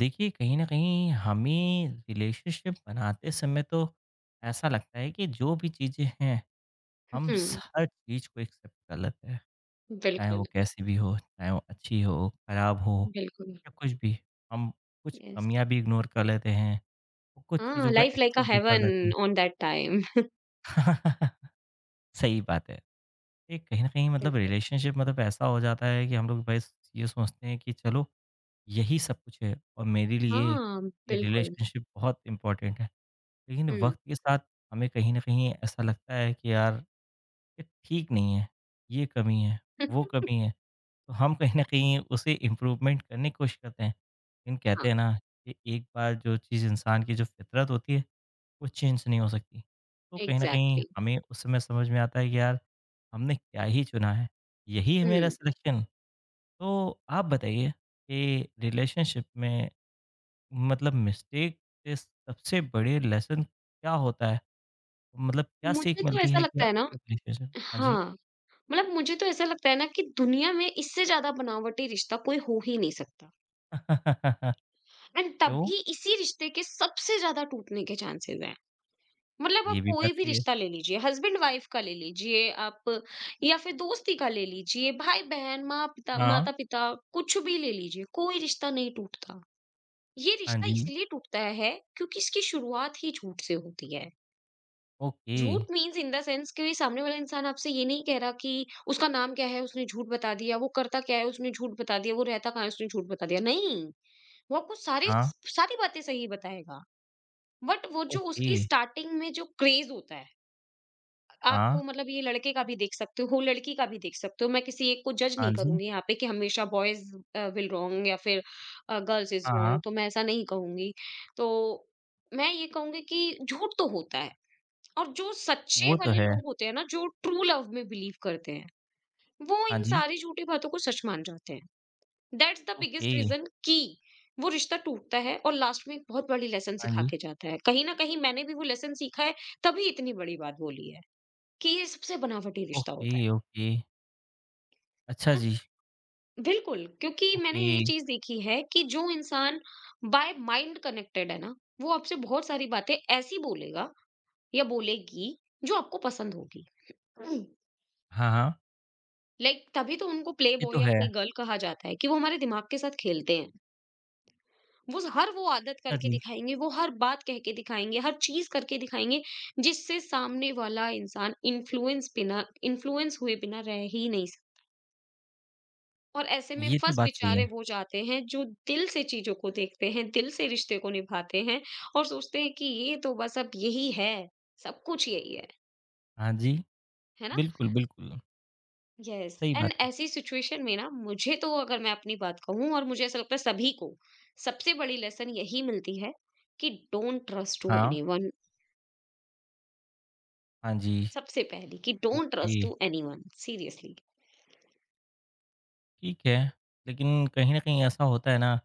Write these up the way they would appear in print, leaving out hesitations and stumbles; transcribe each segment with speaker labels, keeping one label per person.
Speaker 1: देखिए कहीं न कहीं हमें रिलेशनशिप बनाते समय तो ऐसा लगता है कि जो भी चीज़ें हैं, हम स
Speaker 2: हुँ,
Speaker 1: हर चीज़ को एक्सेप्ट कर लेते हैं। चाहे वो
Speaker 2: बिल्कुल,
Speaker 1: कैसी भी हो, चाहे वो अच्छी हो, खराब हो
Speaker 2: बिल्कुल।
Speaker 1: या कुछ भी। हम कुछ
Speaker 2: यस।
Speaker 1: कमियाँ भी इग्नोर कर लेते हैं, और कुछ
Speaker 2: हाँ,
Speaker 1: चीज़ों को
Speaker 2: लाइफ लाइक अ
Speaker 1: एक्सेप्ट भी कर लेते
Speaker 2: हेवन
Speaker 1: हैं।
Speaker 2: On that time.
Speaker 1: सही बात है। ये कहीं न कहीं मतलब
Speaker 2: बिल्कुल।
Speaker 1: रिलेशनशिप मतलब ऐसा हो जाता है कि हम लोग बस ये सोचते हैं कि चलो यही सब कुछ है और मेरे लिए
Speaker 2: हाँ,
Speaker 1: ये
Speaker 2: बिल्कुल।
Speaker 1: रिलेशनशिप बहुत इम्पोर्टेंट है। लेकिन
Speaker 2: हुँ,
Speaker 1: वक़्त के साथ हमें कहीं न कहीं ऐसा लगता है कि यार ये ठीक नहीं है, ये कमी है, वो कमी है। तो हम कहीं न कहीं उसे इम्प्रूवमेंट करने की कोशिश करते हैं। लेकिन
Speaker 2: हाँ,
Speaker 1: कहते हैं ना कि एक बार जो चीज़ इंसान की जो फ़ितरत होती है वो चेंज नहीं हो सकती। तो कहीं न कहीं
Speaker 2: एग्ज़ैक्टली।
Speaker 1: हमें उस समय समझ में आता है कि यार हमने क्या ही चुना है, यही है मेरा
Speaker 2: हुँ,
Speaker 1: सिलेक्शन। तो आप बताइए कि रिलेशनशिप में मतलब मिस्टेक के सबसे बड़े लेसन क्या होता है? मतलब क्या
Speaker 2: मुझे
Speaker 1: सीख
Speaker 2: तो
Speaker 1: मिलती
Speaker 2: ऐसा
Speaker 1: है कि
Speaker 2: लगता है ना
Speaker 1: आपको ग्रेजुएशन हाँ जी।
Speaker 2: हाँ, मतलब मुझे तो ऐसा लगता है ना कि दुनिया में इससे ज़्यादा बनावटी रिश्ता कोई हो ही नहीं सकता। एंड
Speaker 1: क्यों?
Speaker 2: तभी इसी रिश्ते के सबसे ज़्यादा टूटने के चांसेज़ हैं। मतलब
Speaker 1: ये
Speaker 2: आप
Speaker 1: भी
Speaker 2: कोई
Speaker 1: बात
Speaker 2: भी
Speaker 1: सही है।
Speaker 2: रिश्ता ले लीजिए, हस्बैंड वाइफ का ले लीजिए आप, या फिर दोस्ती का ले लीजिए, भाई बहन, माँ पिता,
Speaker 1: हाँ,
Speaker 2: माता पिता, कुछ भी ले लीजिए, कोई रिश्ता नहीं टूटता। ये
Speaker 1: हाँ
Speaker 2: रिश्ता
Speaker 1: जी,
Speaker 2: इसलिए टूटता है क्योंकि इसकी शुरुआत ही झूठ से होती है।
Speaker 1: ओके,
Speaker 2: झूठ मीन्स इन द सेंस कि सामने वाला इंसान आपसे ये नहीं कह रहा कि उसका नाम क्या है, उसने झूठ बता दिया, वो करता क्या है उसने झूठ बता दिया, वो रहता कहाँ है उसने झूठ बता दिया, नहीं, वो आपको सारी
Speaker 1: हाँ,
Speaker 2: सारी बातें सही बताएगा। बट वो जो
Speaker 1: ओके,
Speaker 2: उसकी स्टार्टिंग में जो क्रेज होता है, आप
Speaker 1: हाँ,
Speaker 2: तो मतलब ये लड़के का भी देख सकते हो, लड़की का भी देख सकते हो। मैं किसी एक को जज
Speaker 1: हाँ
Speaker 2: नहीं
Speaker 1: जी,
Speaker 2: करूँगी यहाँ पे कि हमेशा बॉयज़ विल रॉन्ग या फिर गर्ल्स इज़
Speaker 1: हाँ, हाँ,
Speaker 2: रॉन्ग, तो मैं ऐसा नहीं कहूँगी। तो मैं ये कहूँगी कि झूठ तो होता है और जो सच्चे
Speaker 1: वो तो
Speaker 2: वाले
Speaker 1: है।
Speaker 2: लोग होते हैं ना, जो ट्रू लव में बिलीव करते हैं, वो
Speaker 1: हाँ
Speaker 2: इन
Speaker 1: जी,
Speaker 2: सारी झूठी बातों को सच मान जाते हैं। That's the
Speaker 1: okay,
Speaker 2: biggest reason कि वो रिश्ता टूटता है और लास्ट में एक बहुत बड़ी लेसन
Speaker 1: हाँ
Speaker 2: सिखा
Speaker 1: जी,
Speaker 2: के जाता है। कहीं न कहीं मैंने भी वो लेसन सीखा है, तभी इतनी बड़ी बात बोली है। कि ये सबसे बनावटी रिश्ता
Speaker 1: ओके,
Speaker 2: होता
Speaker 1: ओके, अच्छा
Speaker 2: है
Speaker 1: जी,
Speaker 2: ना। बिल्कुल, क्योंकि मैंने
Speaker 1: ओके,
Speaker 2: ये चीज देखी है कि जो इंसान बाय माइंड कनेक्टेड है ना, वो आपसे बहुत सारी बातें ऐसी बोलेगा या बोलेगी जो आपको पसंद होगी।
Speaker 1: हाँ, हाँ,
Speaker 2: लाइक तभी तो उनको प्ले
Speaker 1: ये तो
Speaker 2: बॉय या
Speaker 1: है।
Speaker 2: प्ले गर्ल कहा जाता है कि वो हमारे दिमाग के साथ खेलते हैं। वो हर वो आदत
Speaker 1: अच्छा
Speaker 2: करके
Speaker 1: जी,
Speaker 2: दिखाएंगे, वो हर बात कह के दिखाएंगे, हर चीज करके दिखाएंगे जिससे सामने वाला इंसान इन्फ्लुएंस हुए बिना रह ही नहीं। और ऐसे में
Speaker 1: ये तो
Speaker 2: फँस
Speaker 1: बात सही है।
Speaker 2: बेचारे वो जाते हैं जो दिल से चीज़ों को देखते हैं, दिल से रिश्ते को निभाते हैं और सोचते हैं कि ये तो बस अब यही है, सब कुछ यही
Speaker 1: हाँ जी,
Speaker 2: है ना?
Speaker 1: बिल्कुल, बिल्कुल,
Speaker 2: यस।
Speaker 1: सही
Speaker 2: एंड
Speaker 1: बात है।
Speaker 2: ऐसी सिचुएशन में ना मुझे तो, अगर मैं अपनी बात कहूँ और मुझे ऐसा लगता है सभी को, सबसे बड़ी लेसन यही मिलती है कि डोंट ट्रस्ट टू
Speaker 1: हाँ,
Speaker 2: एनीवन।
Speaker 1: हाँ जी,
Speaker 2: सबसे पहली कि don't
Speaker 1: okay,
Speaker 2: trust to anyone, seriously.
Speaker 1: ठीक है। लेकिन कहीं न कहीं ऐसा होता है ना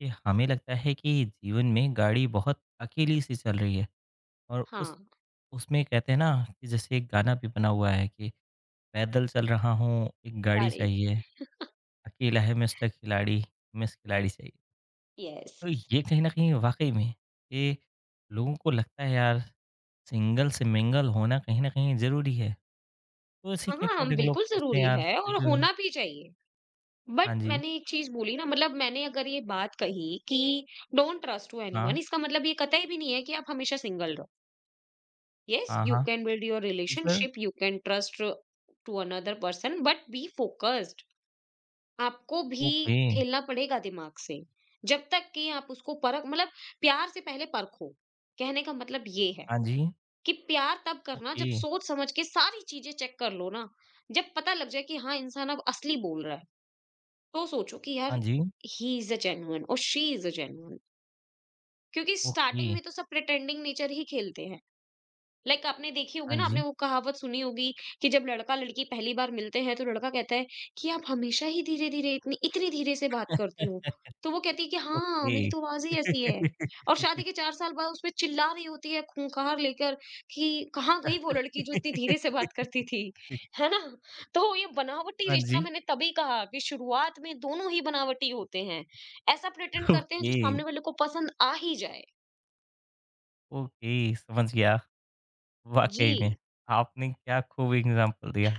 Speaker 1: कि हमें लगता है कि जीवन में गाड़ी बहुत अकेली सी चल रही है और
Speaker 2: हाँ,
Speaker 1: उस उसमें कहते हैं ना कि जैसे एक गाना भी बना हुआ है कि पैदल चल रहा हूँ एक गाड़ी
Speaker 2: बाड़ी,
Speaker 1: चाहिए अकेला है मिस्टर खिलाड़ी मिस खिलाड़ी चाहिए
Speaker 2: यस।
Speaker 1: तो ये कहीं ना कहीं वाकई में ये लोगों को लगता है यार सिंगल से मिंगल होना कहीं ना कहीं जरूरी है तो इसी
Speaker 2: हाँ,
Speaker 1: के
Speaker 2: हाँ,
Speaker 1: अकॉर्डिंग लोग
Speaker 2: बिल्कुल
Speaker 1: सोचते हैं
Speaker 2: ज़रूरी
Speaker 1: यार
Speaker 2: है
Speaker 1: कि
Speaker 2: और
Speaker 1: जो है
Speaker 2: होना भी चाहिए।
Speaker 1: हाँ
Speaker 2: बट
Speaker 1: जी
Speaker 2: मैंने एक चीज बोली ना, मतलब मैंने अगर ये बात कही कि डोंट ट्रस्ट टू एनीवन,
Speaker 1: हाँ
Speaker 2: इसका मतलब ये कतई भी नहीं है कि आप हमेशा सिंगल रहो। यस
Speaker 1: हाँ
Speaker 2: यू
Speaker 1: हाँ
Speaker 2: can build your
Speaker 1: sir
Speaker 2: relationship, you can trust to another person, but be focused. आपको भी
Speaker 1: ओके
Speaker 2: खेलना पड़ेगा दिमाग से, जब तक कि आप उसको परख, मतलब प्यार से पहले परखो। कहने का मतलब ये है
Speaker 1: हाँ जी
Speaker 2: कि प्यार तब करना
Speaker 1: ओके
Speaker 2: जब सोच समझ के सारी चीजें चेक कर लो ना। जब पता लग जाए कि हाँ इंसान अब असली बोल रहा है, तो सोचो कि
Speaker 1: हाँ
Speaker 2: यार
Speaker 1: जी
Speaker 2: ही इज अ जेन्युइन और शी इज अ जेन्युइन। क्योंकि
Speaker 1: ओके
Speaker 2: स्टार्टिंग में तो सब प्रिटेंडिंग नेचर ही खेलते हैं। like आपने देखी होगी
Speaker 1: हाँ
Speaker 2: ना, आपने
Speaker 1: जी
Speaker 2: वो कहावत सुनी होगी कि जब लड़का लड़की पहली बार मिलते हैं तो लड़का कहता है कि आप हमेशा ही धीरे धीरे इतनी इतनी धीरे से बात करती हो, तो वो कहती है कि हाँ
Speaker 1: ओके।
Speaker 2: मेरी तो आवाज ही ऐसी है। और शादी के चार साल बाद उसमें चिल्ला रही होती है खूंखार लेकर कि कहाँ गई वो लड़की जो इतनी धीरे से बात करती थी। है ना? तो ये बनावटी
Speaker 1: हाँ
Speaker 2: रिश्ता
Speaker 1: जी।
Speaker 2: मैंने तभी कहा कि शुरुआत में दोनों ही बनावटी होते हैं। ऐसा प्रिटेंड करते हैं जो
Speaker 1: ओके,
Speaker 2: सामने वाले को पसंद आ ही जाए।
Speaker 1: ओके समझ गया।
Speaker 2: जी।
Speaker 1: वाक़ई में आपने क्या खूब एग्ज़ाम्पल दिया।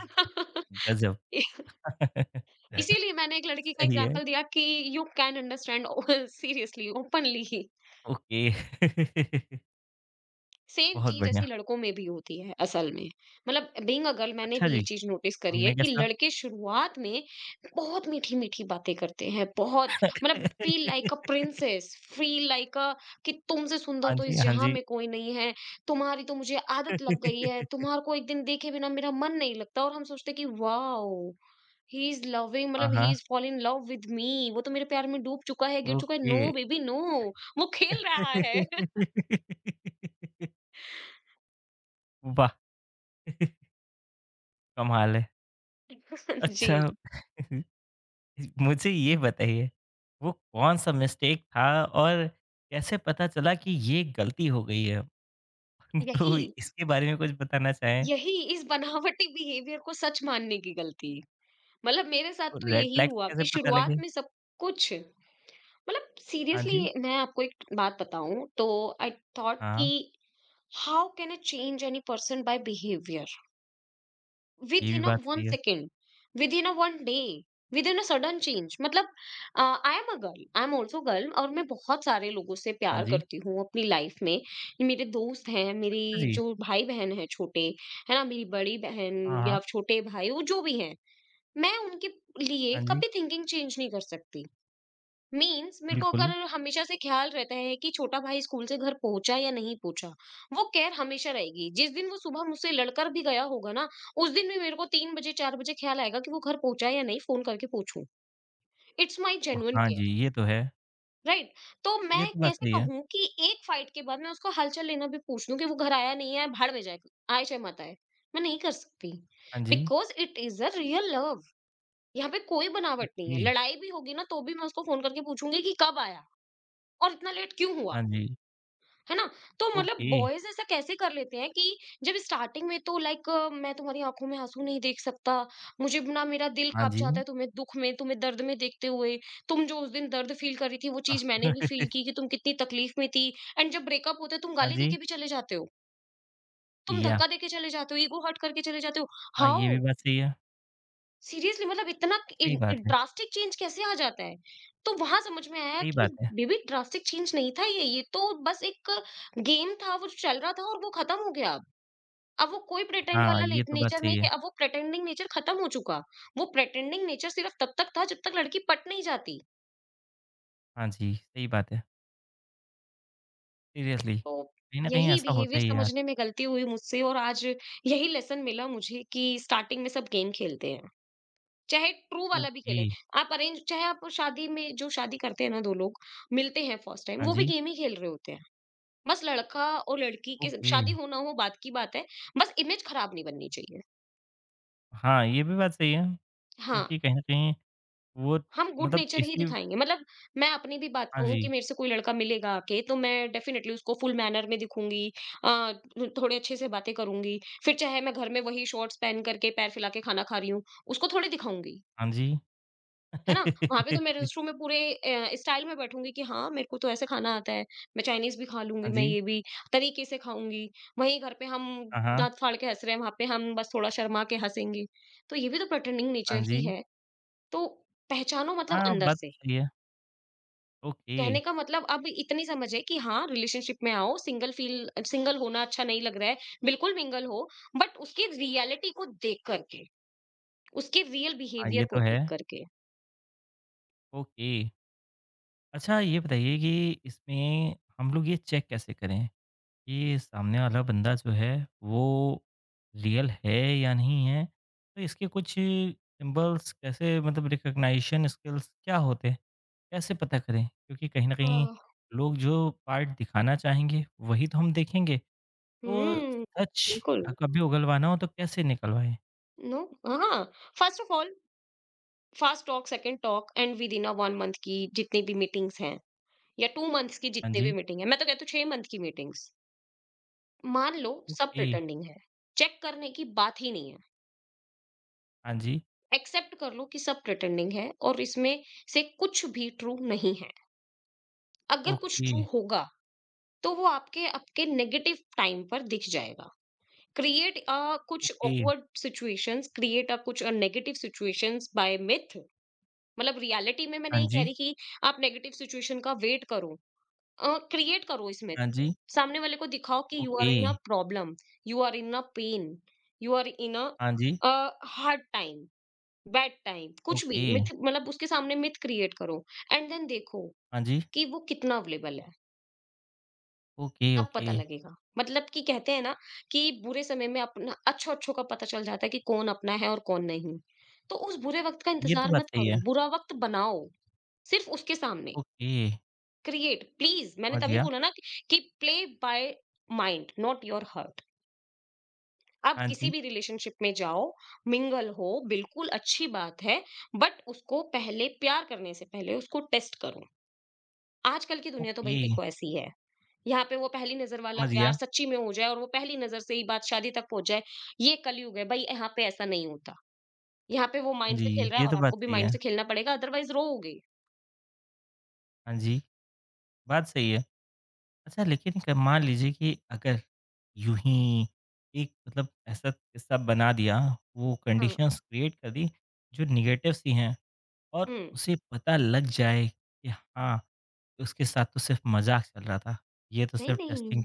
Speaker 1: गज़ब!
Speaker 2: इसीलिए मैंने एक लड़की का
Speaker 1: सही है।
Speaker 2: एग्जाम्पल दिया कि you can understand seriously openly ही।
Speaker 1: ओके।
Speaker 2: सेम
Speaker 1: बहुत
Speaker 2: चीज ऐसी
Speaker 1: बढ़िया।
Speaker 2: लड़कों में भी होती है असल में। मतलब बीइंग अ गर्ल मैंने
Speaker 1: अच्छा
Speaker 2: भी ये
Speaker 1: जी,
Speaker 2: चीज नोटिस करी है
Speaker 1: उनमें
Speaker 2: कि
Speaker 1: कैसा?
Speaker 2: लड़के शुरुआत में बहुत मीठी मीठी बातें करते हैं, बहुत मतलब feel like a princess, feel like a, कि तुमसे सुंदर
Speaker 1: हाँ
Speaker 2: तो
Speaker 1: जी,
Speaker 2: इस
Speaker 1: हाँ
Speaker 2: जहां
Speaker 1: जी।
Speaker 2: में कोई नहीं है, तुम्हारी तो मुझे आदत लग गई है, तुम्हारे को एक दिन देखे बिना मेरा मन नहीं लगता, और हम सोचते कि वाओ, ही इज लविंग,
Speaker 1: हाँ,
Speaker 2: मतलब ही
Speaker 1: हाँ।
Speaker 2: Is fall in love with me, वो तो मेरे प्यार में डूब चुका है, गिर चुका है।
Speaker 1: ओके।
Speaker 2: नो बेबी नो, वो खेल रहा है।
Speaker 1: वाह! कमाल है।
Speaker 2: जी।
Speaker 1: अच्छा मुझे ये बताइए, वो कौन-सा मिस्टेक था और कैसे पता चला कि ये गलती हो गई है? तो
Speaker 2: यही
Speaker 1: इसके बारे में कुछ बताना चाहें?
Speaker 2: यही इस बनावटी बिहेवियर को सच मानने की गलती। मतलब मेरे साथ
Speaker 1: तो
Speaker 2: तो
Speaker 1: रेड
Speaker 2: यही
Speaker 1: फ्लैग्स
Speaker 2: हुआ
Speaker 1: कैसे
Speaker 2: कि
Speaker 1: पता
Speaker 2: शुरुआत
Speaker 1: लगे?
Speaker 2: में सब कुछ, मतलब
Speaker 1: हाँ जी,
Speaker 2: सीरियसली मैं आपको एक बात बताऊं तो आई थॉट कि
Speaker 1: हाँ,
Speaker 2: how can I change any person by behaviour
Speaker 1: ये भी
Speaker 2: within a
Speaker 1: बात
Speaker 2: one
Speaker 1: सही है।
Speaker 2: second, within a one day, within a sudden change. मतलब I am a girl, I am also girl, और मैं बहुत सारे लोगों से
Speaker 1: हाँ
Speaker 2: प्यार
Speaker 1: जी,
Speaker 2: करती हूँ अपनी लाइफ में। मेरे दोस्त हैं, मेरी
Speaker 1: हाँ जी,
Speaker 2: जो भाई बहन है छोटे, है ना, मेरी बड़ी बहन
Speaker 1: हाँ, हाँ,
Speaker 2: या छोटे भाई, वो जो भी हैं, मैं उनके लिए
Speaker 1: हाँ जी,
Speaker 2: कभी थिंकिंग चेंज नहीं कर सकती। मीन्स मेरे को
Speaker 1: बिल्कुल।
Speaker 2: अगर हमेशा से ख्याल रहता है कि छोटा भाई स्कूल से घर पहुंचा या नहीं पहुंचा, वो केयर हमेशा रहेगी। जिस दिन वो सुबह मुझसे लड़कर भी गया होगा ना, उस दिन भी मेरे को तीन बजे चार बजे ख्याल आएगा कि वो घर पहुंचा या नहीं, फोन करके पूछूं। इट्स माई
Speaker 1: ओ,
Speaker 2: जेन्युइन
Speaker 1: हाँ
Speaker 2: केयर,
Speaker 1: जी, ये तो है।
Speaker 2: राइट? तो
Speaker 1: ये
Speaker 2: मैं
Speaker 1: तो बात
Speaker 2: कैसे
Speaker 1: सही है।
Speaker 2: कहूँ कि एक फाइट के बाद मैं उसको हलचल लेना भी पूछ लूं कि वो घर आया नहीं आया, भाड़ में जाए, आए चाहे मत आए। मैं नहीं कर सकती,
Speaker 1: हाँ जी,
Speaker 2: because it is a real love. यहाँ पे कोई बनावट नहीं
Speaker 1: ओके,
Speaker 2: है, लड़ाई भी होगी ना तो भी मैं उसको फोन करके पूछूंगी कि कब आया और इतना लेट क्यों हुआ।
Speaker 1: हाँ जी,
Speaker 2: है ना? तो मतलब
Speaker 1: ओके,
Speaker 2: बॉयज ऐसा कैसे कर लेते हैं कि जब स्टार्टिंग में तो लाइक मैं तुम्हारी आंखों में आंसू नहीं देख सकता, मुझे ना मेरा दिल
Speaker 1: हाँ
Speaker 2: कांप
Speaker 1: जी,
Speaker 2: जाता है तुम्हें दुख में तुम्हें दर्द में देखते हुए, तुम जो उस दिन दर्द फील कर रही थी वो चीज
Speaker 1: हाँ
Speaker 2: मैंने भी फील की कि तुम कितनी तकलीफ में थी। एंड जब ब्रेकअप होता है तुम
Speaker 1: हाँ
Speaker 2: गाली
Speaker 1: जी,
Speaker 2: देके भी चले जाते हो, तुम
Speaker 1: या
Speaker 2: धक्का देके चले जाते हो, ईगो हर्ट करके चले जाते हो।
Speaker 1: हाँ, ये भी
Speaker 2: हाउ,
Speaker 1: बात सही है।
Speaker 2: सीरियसली मतलब इतना
Speaker 1: सही बात है,
Speaker 2: ड्रास्टिक चेंज कैसे आ जाता है? तो वहां समझ में आया
Speaker 1: सही
Speaker 2: कि
Speaker 1: बात है।
Speaker 2: बेबी ड्रास्टिक चेंज नहीं था ये तो बस एक गेम था वो जो चल रहा था, और वो खत्म हो गया अब। अब वो कोई प्रेटेंड
Speaker 1: हाँ,
Speaker 2: वाला
Speaker 1: ये तो बात
Speaker 2: नेचर
Speaker 1: सही
Speaker 2: नहीं है,
Speaker 1: है।
Speaker 2: अब वो प्रेटेंडिंग नेचर खत्म हो चुका। वो प्रेटेंडिंग नेचर सिर्फ तब तक था जब तक लड़की पट नहीं जाती।
Speaker 1: हाँ जी, सही बात है। सीरियसली
Speaker 2: तो
Speaker 1: कहीं न कहीं
Speaker 2: यही
Speaker 1: ऐसा होता
Speaker 2: बिहेवियर
Speaker 1: ही है आज
Speaker 2: समझने में गलती हुई मुझसे, और आज यही लेसन मिला मुझे कि स्टार्टिंग में सब गेम खेलते हैं, चाहे ट्रू वाला भी
Speaker 1: ओके,
Speaker 2: खेलें, आप अरेंज चाहे आप शादी में, जो शादी करते हैं ना 2 लोग, मिलते हैं फर्स्ट टाइम,
Speaker 1: हाँ
Speaker 2: वो भी
Speaker 1: जी,
Speaker 2: गेम ही खेल रहे होते हैं। बस लड़का और लड़की के
Speaker 1: ओके।
Speaker 2: शादी हो ना हो बात की बात है, बस इमेज खराब नहीं बननी चाहिए।
Speaker 1: हाँ, ये भी बात सही है
Speaker 2: हाँ,
Speaker 1: क्योंकि कहीं न कहीं वो
Speaker 2: हम गुड
Speaker 1: मतलब
Speaker 2: नेचर ही
Speaker 1: इसी
Speaker 2: दिखाएँगे, मतलब मैं अपनी भी बात
Speaker 1: हाँ
Speaker 2: कहूँ
Speaker 1: जी,
Speaker 2: कि मेरे से कोई लड़का मिलेगा आके तो मैं डेफिनिटली उसको फुल मैनर में दिखूँगी, अ, थोड़े अच्छे से बातें करूँगी, फिर चाहे मैं घर में वही शॉर्ट्स पहन करके पैर फैला के खाना खा रही हूँ, उसको थोड़ी दिखाऊँगी।
Speaker 1: हाँ जी।
Speaker 2: है ना? वहाँ पे तो मैं रेस्टरूम में पूरे स्टाइल में बैठूँगी कि हाँ, मेरे को तो ऐसे खाना आता है, मैं चाइनीज़ भी खा लूँगी,
Speaker 1: हाँ
Speaker 2: मैं
Speaker 1: जी,
Speaker 2: ये भी तरीके से खाऊँगी। वहीं घर पे हम
Speaker 1: हाँ, हाँ,
Speaker 2: दाँत फाड़ के हँस रहे हैं, वहाँ पे हम बस थोड़ा शर्मा के हँसेंगे। तो ये भी तो प्रेटेंडिंग
Speaker 1: हाँ
Speaker 2: नेचर
Speaker 1: जी।
Speaker 2: ही है। तो पहचानो मतलब
Speaker 1: हाँ,
Speaker 2: अंदर
Speaker 1: बात
Speaker 2: से।
Speaker 1: सही है। ओके,
Speaker 2: कहने का मतलब अब इतनी समझ है कि हाँ, रिलेशनशिप में आओ, सिंगल फ़ील सिंगल होना अच्छा नहीं लग रहा है, बिल्कुल मिंगल हो, बट उसकी रियलिटी को देख कर के, उसके रियल
Speaker 1: हाँ,
Speaker 2: बिहेवियर
Speaker 1: ये
Speaker 2: को
Speaker 1: तो है।
Speaker 2: देख कर के।
Speaker 1: ओके, अच्छा ये बताइए कि इसमें हम लोग ये चेक कैसे करें? ये सामने वाला बंदा जो है वो रियल है या नहीं है तो इसके कुछ सिंबल्स कैसे मतलब रिकग्नाइशन स्किल्स क्या होते हैं कैसे पता करें क्योंकि कहीं ना
Speaker 2: अ,
Speaker 1: कहीं लोग जो पार्ट दिखाना चाहेंगे वही तो हम देखेंगे तो
Speaker 2: हुँ,
Speaker 1: सच
Speaker 2: बिल्कुल।
Speaker 1: कभी उगलवाना हो तो कैसे निकलवाएं
Speaker 2: नो, हाँ, first of all, first talk second talk and within a 1 month की जितनी भी मीटिंग्स हैं या 2 मंथ्स की
Speaker 1: हाँ
Speaker 2: जितनी भी
Speaker 1: जी
Speaker 2: मीटिंग है, मैं तो कहती हूँ 6 मंथ की मीटिंग्स। मान लो सब
Speaker 1: ओके
Speaker 2: प्रिटेंडिंग है। चेक करने की बात ही नहीं है।
Speaker 1: हाँ जी
Speaker 2: एक्सेप्ट कर लो कि सब प्रिटेंडिंग है और इसमें से कुछ भी ट्रू नहीं है। अगर कुछ
Speaker 1: ओके
Speaker 2: ट्रू होगा तो वो आपके आपके नेगेटिव टाइम पर दिख जाएगा। क्रिएट अ कुछ
Speaker 1: okay
Speaker 2: awkward situations, create a कुछ नेगेटिव सिचुएशंस बाय मिथ। मतलब रियलिटी में मैं
Speaker 1: हाँ
Speaker 2: नहीं कह
Speaker 1: जी
Speaker 2: रही कि आप नेगेटिव सिचुएशन का वेट करो, क्रिएट करो इसमें।
Speaker 1: हाँ जी
Speaker 2: सामने वाले को दिखाओ कि you
Speaker 1: okay
Speaker 2: are in a problem, you are in a pain, you are in
Speaker 1: हाँ जी
Speaker 2: a hard time, bad time, कुछ भी
Speaker 1: ओके
Speaker 2: मिथ। मतलब उसके सामने मिथ क्रिएट करो एंड देन देखो
Speaker 1: हाँ जी
Speaker 2: कि वो कितना अवेलेबल है।
Speaker 1: ओके
Speaker 2: तब
Speaker 1: ओके
Speaker 2: पता लगेगा, मतलब कि कहते हैं ना कि बुरे समय में अपना अच्छो अच्छों का पता चल जाता है कि कौन अपना है और कौन नहीं। तो उस बुरे वक्त का
Speaker 1: ये तो
Speaker 2: इंतजार
Speaker 1: बात
Speaker 2: मत
Speaker 1: सही है
Speaker 2: करो, बुरा वक्त बनाओ सिर्फ उसके सामने।
Speaker 1: ओके
Speaker 2: क्रिएट प्लीज, मैंने
Speaker 1: समझ
Speaker 2: तभी
Speaker 1: गया।
Speaker 2: बोला ना कि play by mind not your heart. आप
Speaker 1: हाँ
Speaker 2: किसी
Speaker 1: जी,
Speaker 2: भी रिलेशनशिप में जाओ, मिंगल हो, बिल्कुल अच्छी बात है, बट उसको पहले प्यार करने से पहले उसको टेस्ट करो। आजकल की दुनिया तो
Speaker 1: ओके,
Speaker 2: भाई देखो ऐसी है। यहाँ पे वो पहली नजर वाला
Speaker 1: समझ
Speaker 2: प्यार
Speaker 1: गया।
Speaker 2: सच्ची में हो जाए और वो पहली नजर से ही बात शादी तक पहुंच जाए, ये कलयुग है भाई, यहाँ पे ऐसा नहीं होता। यहाँ पे वो
Speaker 1: हाँ
Speaker 2: माइंड
Speaker 1: जी,
Speaker 2: से खेल रहा है
Speaker 1: ये
Speaker 2: और
Speaker 1: तो बात
Speaker 2: आपको भी
Speaker 1: सही
Speaker 2: माइंड
Speaker 1: है।
Speaker 2: से खेलना पड़ेगा, अदरवाइज रोओगे।
Speaker 1: हाँ जी, बात सही है। अच्छा लेकिन क मान लीजिए कि अगर यूँ ही एक मतलब ऐसा किस्सा बना दिया, वो
Speaker 2: हाँ,
Speaker 1: कंडीशंस क्रिएट कर दी जो नेगेटिव सी हैं और
Speaker 2: हम्म,
Speaker 1: उसे पता लग जाए कि हाँ, उसके साथ तो सिर्फ़ मज़ाक चल रहा था, ये तो
Speaker 2: नहीं
Speaker 1: सिर्फ़
Speaker 2: नहीं,
Speaker 1: टेस्टिंग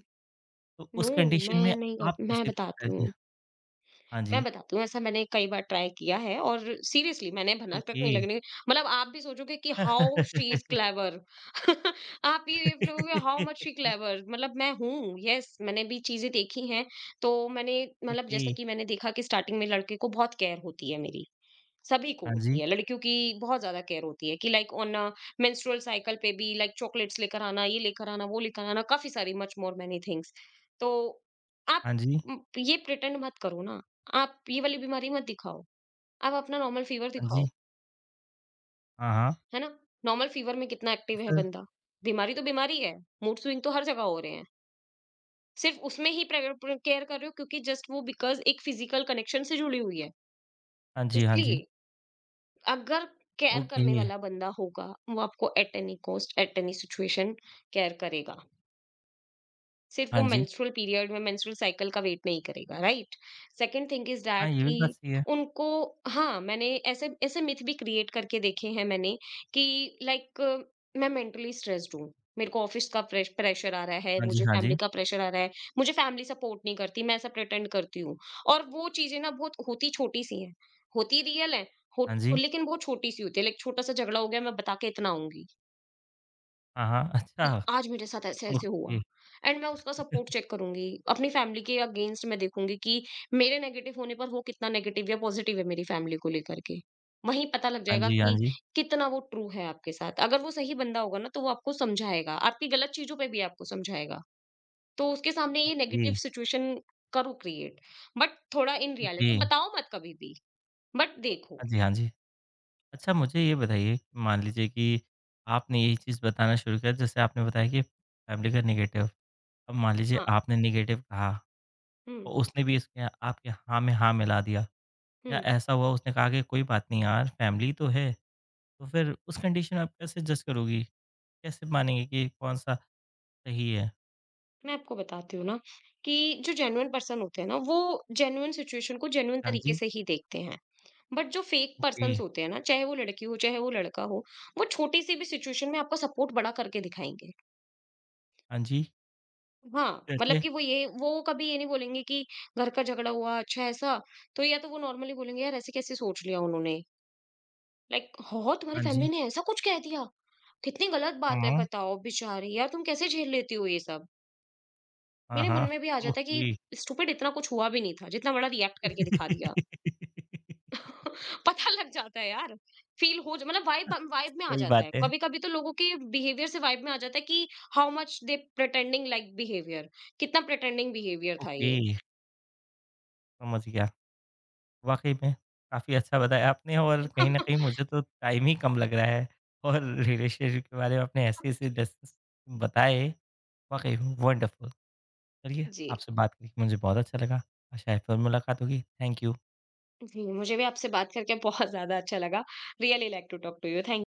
Speaker 1: तो
Speaker 2: नो।
Speaker 1: उस कंडीशन
Speaker 2: मैं
Speaker 1: में
Speaker 2: नहीं
Speaker 1: आप
Speaker 2: कर मैं
Speaker 1: कैसे
Speaker 2: बताती
Speaker 1: पकड़ेंगे?
Speaker 2: हूँ।
Speaker 1: हाँ जी,
Speaker 2: ऐसा मैंने कई बार ट्राई किया है और सीरियसली मैंने भनक-टक
Speaker 1: ओके।
Speaker 2: नहीं लगने। मतलब आप भी सोचोगे कि हाउ शी इज़ क्लेवर। आप ये बोलोगे हाउ मच शी क्लेवर, मतलब मैं हूँ, यस मैंने भी चीजें देखी हैं। तो मैंने मतलब
Speaker 1: ओके,
Speaker 2: जैसे कि मैंने देखा कि स्टार्टिंग में लड़के को बहुत केयर होती है मेरी। सभी को
Speaker 1: हाँ
Speaker 2: होती
Speaker 1: जी।
Speaker 2: है लड़कियों की, बहुत ज्यादा केयर होती है कि लाइक ऑन मेंस्ट्रुअल साइकिल पे भी लाइक चॉकलेट्स लेकर आना, ये लेकर आना, वो लेकर आना, काफी सारी मच मोर मेनी थिंग्स। तो आप
Speaker 1: हाँ जी,
Speaker 2: ये प्रिटेंड मत करो ना, आप ये वाली बीमारी मत दिखाओ, आप अपना नॉर्मल फीवर
Speaker 1: हाँ
Speaker 2: दिखाओ।
Speaker 1: जी, हाँ, हाँ।
Speaker 2: है ना? नॉर्मल फीवर में कितना
Speaker 1: तो
Speaker 2: एक्टिव है
Speaker 1: फिर
Speaker 2: बंदा? बीमारी तो बीमारी है, मूड स्विंग तो हर जगह हो रहे हैं। सिर्फ उसमें ही केयर कर रहे हो क्योंकि जस्ट वो बिकॉज एक फिजिकल कनेक्शन से जुड़ी हुई है
Speaker 1: हाँ जी, हाँ जी,
Speaker 2: इसलिए। अगर केयर
Speaker 1: ओके,
Speaker 2: करने वाला बंदा होगा, वो आपको at any cost, at any situation care करेगा। सिर्फ
Speaker 1: हाँ
Speaker 2: वो
Speaker 1: जी,
Speaker 2: मेंस्ट्रुअल पीरियड में मेंस्ट्रुअल साइकिल का वेट नहीं करेगा, राइट? सेकंड थिंग इज
Speaker 1: हाँ,
Speaker 2: दैट
Speaker 1: ये भी
Speaker 2: कि
Speaker 1: बात सही है।
Speaker 2: उनको, हाँ, मैंने ऐसे ऐसे मिथ भी क्रिएट करके देखे हैं मैंने कि, लाइक, मैं मेंटली स्ट्रेस्ड हूँ, मेरे को ऑफिस का प्रेशर आ रहा है,
Speaker 1: हाँ जी,
Speaker 2: मुझे
Speaker 1: हाँ
Speaker 2: फैमिली
Speaker 1: जी,
Speaker 2: का प्रेशर आ रहा है, मुझे फैमिली सपोर्ट नहीं करती, मैं ऐसा प्रिटेंड करती हूँ। और वो चीजें ना बहुत होती छोटी सी हैं, होती रियल है हो,
Speaker 1: हाँ जी,
Speaker 2: लेकिन बहुत छोटी सी होती है। लाइक छोटा सा झगड़ा हो गया, मैं बता के इतना आऊंगी
Speaker 1: हाँ, हाँ,
Speaker 2: कि
Speaker 1: अच्छा,
Speaker 2: आज मेरे साथ ऐसे-ऐसे हुआ
Speaker 1: ओके,
Speaker 2: एंड मैं उसका सपोर्ट चेक करूँगी। अपनी फैमिली के अगेंस्ट मैं देखूँगी कि मेरे नेगेटिव होने पर वो कितना नेगेटिव या पॉज़िटिव है मेरी फैमिली को लेकर के। वहीं पता लग
Speaker 1: हाँ
Speaker 2: जाएगा
Speaker 1: जी, हाँ
Speaker 2: कि
Speaker 1: जी,
Speaker 2: कितना वो ट्रू है आपके साथ। अगर वो सही बंदा होगा ना तो वो आपको समझाएगा, आपकी गलत चीज़ों पे भी आपको समझाएगा। तो उसके सामने ये
Speaker 1: ओके,
Speaker 2: नेगेटिव सिचुएशन करो क्रिएट, बट थोड़ा इन
Speaker 1: ओके,
Speaker 2: रियलिटी बताओ मत कभी भी, बट देखो।
Speaker 1: हाँ जी, हाँ जी। अच्छा मुझे ये बताइए, मान लीजिए कि आपने यही चीज़ बताना शुरू कर जैसे आपने बताया कि फैमिली का नेगेटिव, अब मान लीजिए
Speaker 2: हाँ।
Speaker 1: आपने नेगेटिव कहा
Speaker 2: हुँ,
Speaker 1: और उसने भी इसके आपके हाँ में हाँ मिला दिया या
Speaker 2: हुँ।
Speaker 1: ऐसा हुआ उसने कहा कि कोई बात नहीं यार फैमिली तो है, तो फिर उस कंडीशन में आप कैसे जज करोगी? कैसे मानेंगे कि कौन-सा सही है?
Speaker 2: मैं आपको बताती हूँ ना कि जो जेन्युइन पर्सन होते हैं ना, वो जेन्युइन सिचुएशन को जेन्युइन
Speaker 1: हाँ
Speaker 2: तरीके
Speaker 1: जी,
Speaker 2: से ही देखते हैं, बट जो फेक
Speaker 1: ओके,
Speaker 2: पर्सन होते हैं ना, चाहे वो लड़की हो चाहे वो लड़का हो, वो छोटी सी भी सिचुएशन में आपका सपोर्ट बड़ा करके दिखाएंगे।
Speaker 1: हाँ जी,
Speaker 2: हाँ, मतलब
Speaker 1: कैसे?
Speaker 2: कि वो कभी ये नहीं बोलेंगे कि घर का झगड़ा हुआ अच्छा ऐसा, तो या तो वो नॉर्मली बोलेंगे यार ऐसे कैसे सोच लिया उन्होंने, लाइक हो तुम्हारी
Speaker 1: हाँ जी,
Speaker 2: फैमिली ने ऐसा कुछ कह दिया, कितनी गलत बात है
Speaker 1: हाँ,
Speaker 2: बताओ बेचारे यार, तुम कैसे झेल लेती हो ये सब।
Speaker 1: हाँ,
Speaker 2: मेरे
Speaker 1: हाँ,
Speaker 2: मन में भी आ जाता है
Speaker 1: ओके।
Speaker 2: कि स्टूपिड इतना कुछ हुआ भी नहीं था जितना बड़ा रिएक्ट करके दिखा दिया। पता लग जाता है यार। फील हो जा मतलब वाइब वाइब में आ
Speaker 1: सही
Speaker 2: जाता
Speaker 1: बात
Speaker 2: है,
Speaker 1: है,
Speaker 2: कभी कभी तो लोगों के बिहेवियर से वाइब में आ जाता है कि how much they pretending like behaviour, कितना प्रिटेंडिंग बिहेवियर था
Speaker 1: ओके,
Speaker 2: ये।
Speaker 1: समझ गया। वाक़ई में काफ़ी अच्छा बताया आपने और कहीं न कहीं मुझे तो टाइम ही कम लग रहा है और रिलेशनशिप के बारे में आपने ऐसे-ऐसे लेसन्स बताए, वाक़ई में वंडरफुल। चलिए,
Speaker 2: जी।
Speaker 1: आपसे बात करके मुझे बहुत अच्छा लगा। आशा है फिर मुलाकात होगी। Thank you.
Speaker 2: जी मुझे भी आपसे बात करके बहुत ज्यादा अच्छा लगा, really like to talk to you thank